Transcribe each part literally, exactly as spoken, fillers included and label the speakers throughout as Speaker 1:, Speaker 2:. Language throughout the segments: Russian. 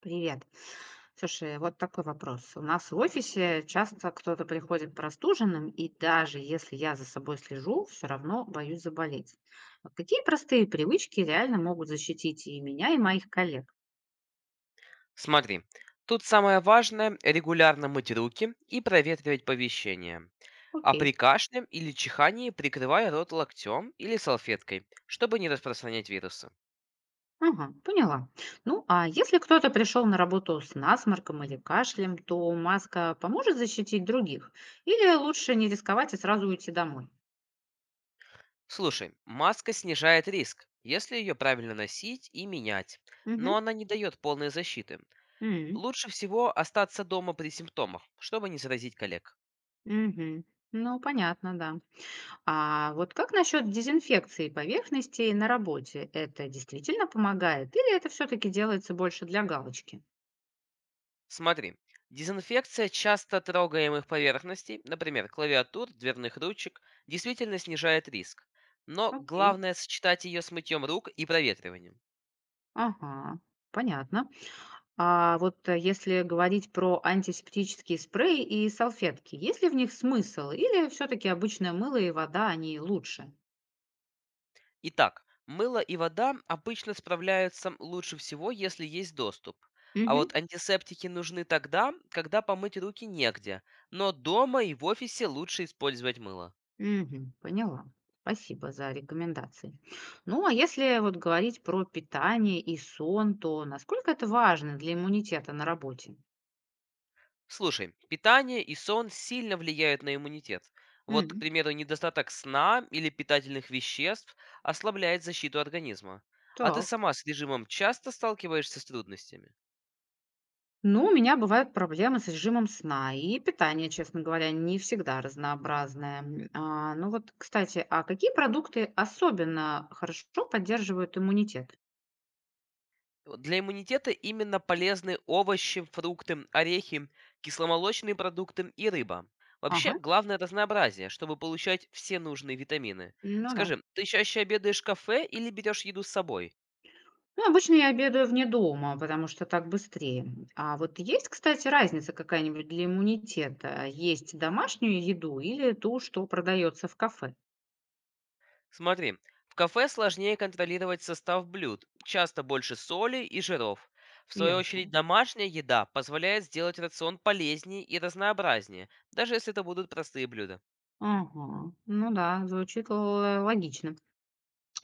Speaker 1: Привет. Слушай, вот такой вопрос. У нас в офисе часто кто-то приходит простуженным, и даже если я за собой слежу, все равно боюсь заболеть. А какие простые привычки реально могут защитить и меня, и моих коллег?
Speaker 2: Смотри, тут самое важное – регулярно мыть руки и проветривать помещение. А при
Speaker 1: Окей.
Speaker 2: кашле или чихании прикрывай рот локтем или салфеткой, чтобы не распространять вирусы.
Speaker 1: Ага, поняла. Ну, а если кто-то пришел на работу с насморком или кашлем, то маска поможет защитить других? Или лучше не рисковать и сразу уйти домой?
Speaker 2: Слушай, маска снижает риск, если ее правильно носить и менять, но
Speaker 1: Угу.
Speaker 2: она не дает полной защиты. Лучше всего остаться дома при симптомах, чтобы не заразить коллег.
Speaker 1: Угу. Ну, понятно, да. А вот как насчет дезинфекции поверхностей на работе? Это действительно помогает или это все-таки делается больше для галочки?
Speaker 2: Смотри, дезинфекция часто трогаемых поверхностей, например, клавиатур, дверных ручек, действительно снижает риск. Но
Speaker 1: Окей.
Speaker 2: главное сочетать ее с мытьем рук и проветриванием.
Speaker 1: Ага, понятно. А вот э, если говорить про антисептические спреи и салфетки, есть ли в них смысл или все-таки обычное мыло и вода, они лучше?
Speaker 2: Итак, мыло и вода обычно справляются лучше всего, если есть доступ. А
Speaker 1: Угу.
Speaker 2: вот антисептики нужны тогда, когда помыть руки негде, но дома и в офисе лучше использовать мыло.
Speaker 1: Угу, поняла. Спасибо за рекомендации. Ну, а если вот говорить про питание и сон, то насколько это важно для иммунитета на работе?
Speaker 2: Слушай, питание и сон сильно влияют на иммунитет. Вот, к
Speaker 1: М.
Speaker 2: примеру, недостаток сна или питательных веществ ослабляет защиту организма. А ты
Speaker 1: Так.
Speaker 2: сама с режимом часто сталкиваешься с трудностями?
Speaker 1: Ну, у меня бывают проблемы с режимом сна и питание, честно говоря, не всегда разнообразное. М, а, ну вот, кстати, а какие продукты особенно хорошо поддерживают иммунитет?
Speaker 2: Вот Для иммунитета именно полезны овощи, фрукты, орехи, кисломолочные продукты и рыба.
Speaker 1: Ага,
Speaker 2: Вообще, главное разнообразие, чтобы получать все нужные витамины.
Speaker 1: ну да.
Speaker 2: Скажи, ты чаще обедаешь в кафе или берешь еду с собой?
Speaker 1: Ну, обычно я обедаю вне дома, потому что так быстрее. А вот есть, кстати, разница какая-нибудь для иммунитета? Есть домашнюю еду или ту, что продается в кафе?
Speaker 2: Смотри, в кафе сложнее контролировать состав блюд, часто больше соли и жиров. В свою очередь,
Speaker 1: Ясно.
Speaker 2: домашняя еда позволяет сделать рацион полезнее и разнообразнее, даже если это будут простые блюда.
Speaker 1: Ага, ну да, звучит л- логично.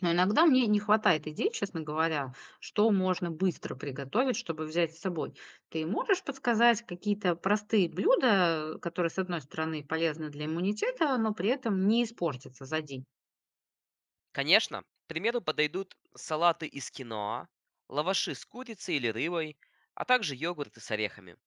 Speaker 1: Но иногда мне не хватает идей, честно говоря, что можно быстро приготовить, чтобы взять с собой. Ты можешь подсказать какие-то простые блюда, которые, с одной стороны, полезны для иммунитета, но при этом не испортятся за день?
Speaker 2: Конечно, к примеру подойдут салаты из киноа, лаваши с курицей или рыбой, а также йогурты с орехами.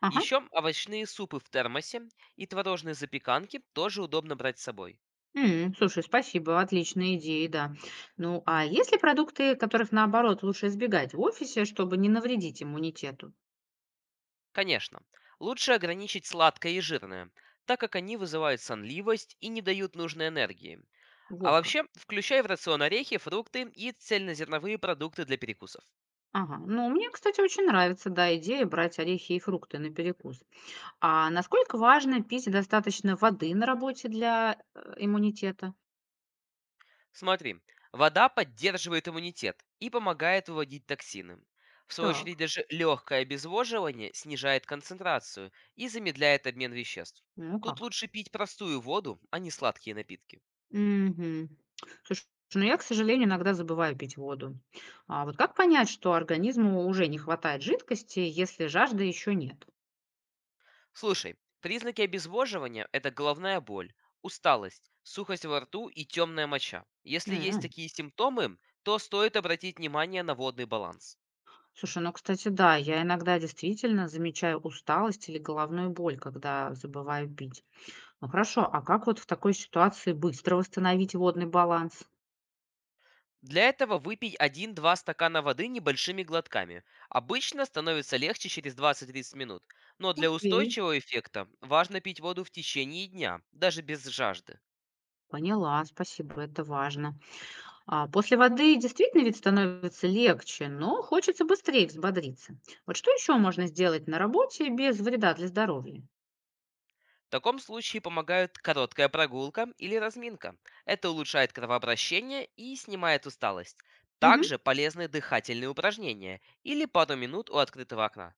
Speaker 1: Ага.
Speaker 2: Еще овощные супы в термосе и творожные запеканки тоже удобно брать с собой.
Speaker 1: М, слушай, спасибо, отличные идеи, да. Ну, а есть ли продукты, которых, наоборот, лучше избегать в офисе, чтобы не навредить иммунитету?
Speaker 2: Конечно, лучше ограничить сладкое и жирное, так как они вызывают сонливость и не дают нужной энергии. А
Speaker 1: Вот как.
Speaker 2: вообще, включай в рацион орехи, фрукты и цельнозерновые продукты для перекусов.
Speaker 1: Ага. Ну, мне, кстати, очень нравится, да, идея брать орехи и фрукты на перекус. А насколько важно пить достаточно воды на работе для э, иммунитета?
Speaker 2: Смотри, вода поддерживает иммунитет и помогает выводить токсины. В свою
Speaker 1: Так.
Speaker 2: очередь, даже легкое обезвоживание снижает концентрацию и замедляет обмен веществ.
Speaker 1: Ну
Speaker 2: Тут
Speaker 1: как?
Speaker 2: лучше пить простую воду, а не сладкие напитки.
Speaker 1: Мгм. Слушай, ну я, к сожалению, иногда забываю пить воду. А вот как понять, что организму уже не хватает жидкости, если жажды еще нет?
Speaker 2: Слушай, признаки обезвоживания – это головная боль, усталость, сухость во рту и темная моча. Если есть
Speaker 1: М.
Speaker 2: такие симптомы, то стоит обратить внимание на водный баланс.
Speaker 1: Слушай, ну, кстати, да, я иногда действительно замечаю усталость или головную боль, когда забываю пить. Ну хорошо, а как вот в такой ситуации быстро восстановить водный баланс?
Speaker 2: Для этого выпить один-два стакана воды небольшими глотками. Обычно становится легче через двадцать-тридцать минут, но для
Speaker 1: Окей.
Speaker 2: устойчивого эффекта важно пить воду в течение дня, даже без жажды.
Speaker 1: Поняла, спасибо, это важно. А, после воды действительно ведь становится легче, но хочется быстрее взбодриться. Вот что еще можно сделать на работе без вреда для здоровья?
Speaker 2: В таком случае помогают короткая прогулка или разминка. Это улучшает кровообращение и снимает усталость.
Speaker 1: Мгм.
Speaker 2: Также полезны дыхательные упражнения или пару минут у открытого окна.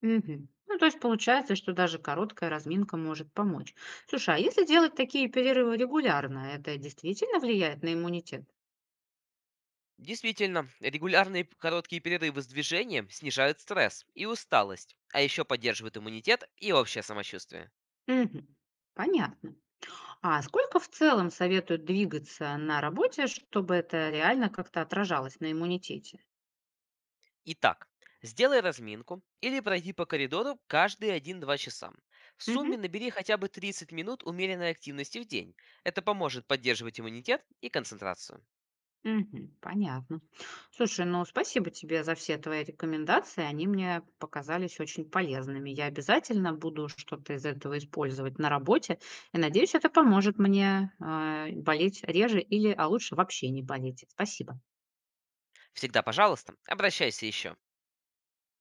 Speaker 1: Мгм. Ну, то есть получается, что даже короткая разминка может помочь. Слушай, а если делать такие перерывы регулярно, это действительно влияет на иммунитет?
Speaker 2: Действительно, регулярные п- короткие перерывы с движением снижают стресс и усталость, а еще поддерживают иммунитет и общее самочувствие.
Speaker 1: Мгм. Понятно. А сколько в целом советуют двигаться на работе, чтобы это реально как-то отражалось на иммунитете?
Speaker 2: Итак, сделай разминку или пройди по коридору каждые один-два часа. В сумме
Speaker 1: Мгм.
Speaker 2: набери хотя бы тридцать минут умеренной активности в день. Это поможет поддерживать иммунитет и концентрацию.
Speaker 1: Мгм. Понятно. Слушай, ну спасибо тебе за все твои рекомендации. Они мне показались очень полезными. Я обязательно буду что-то из этого использовать на работе. И надеюсь, это поможет мне, а, болеть реже или, а лучше, вообще не болеть. Спасибо.
Speaker 2: Всегда, пожалуйста, обращайся еще.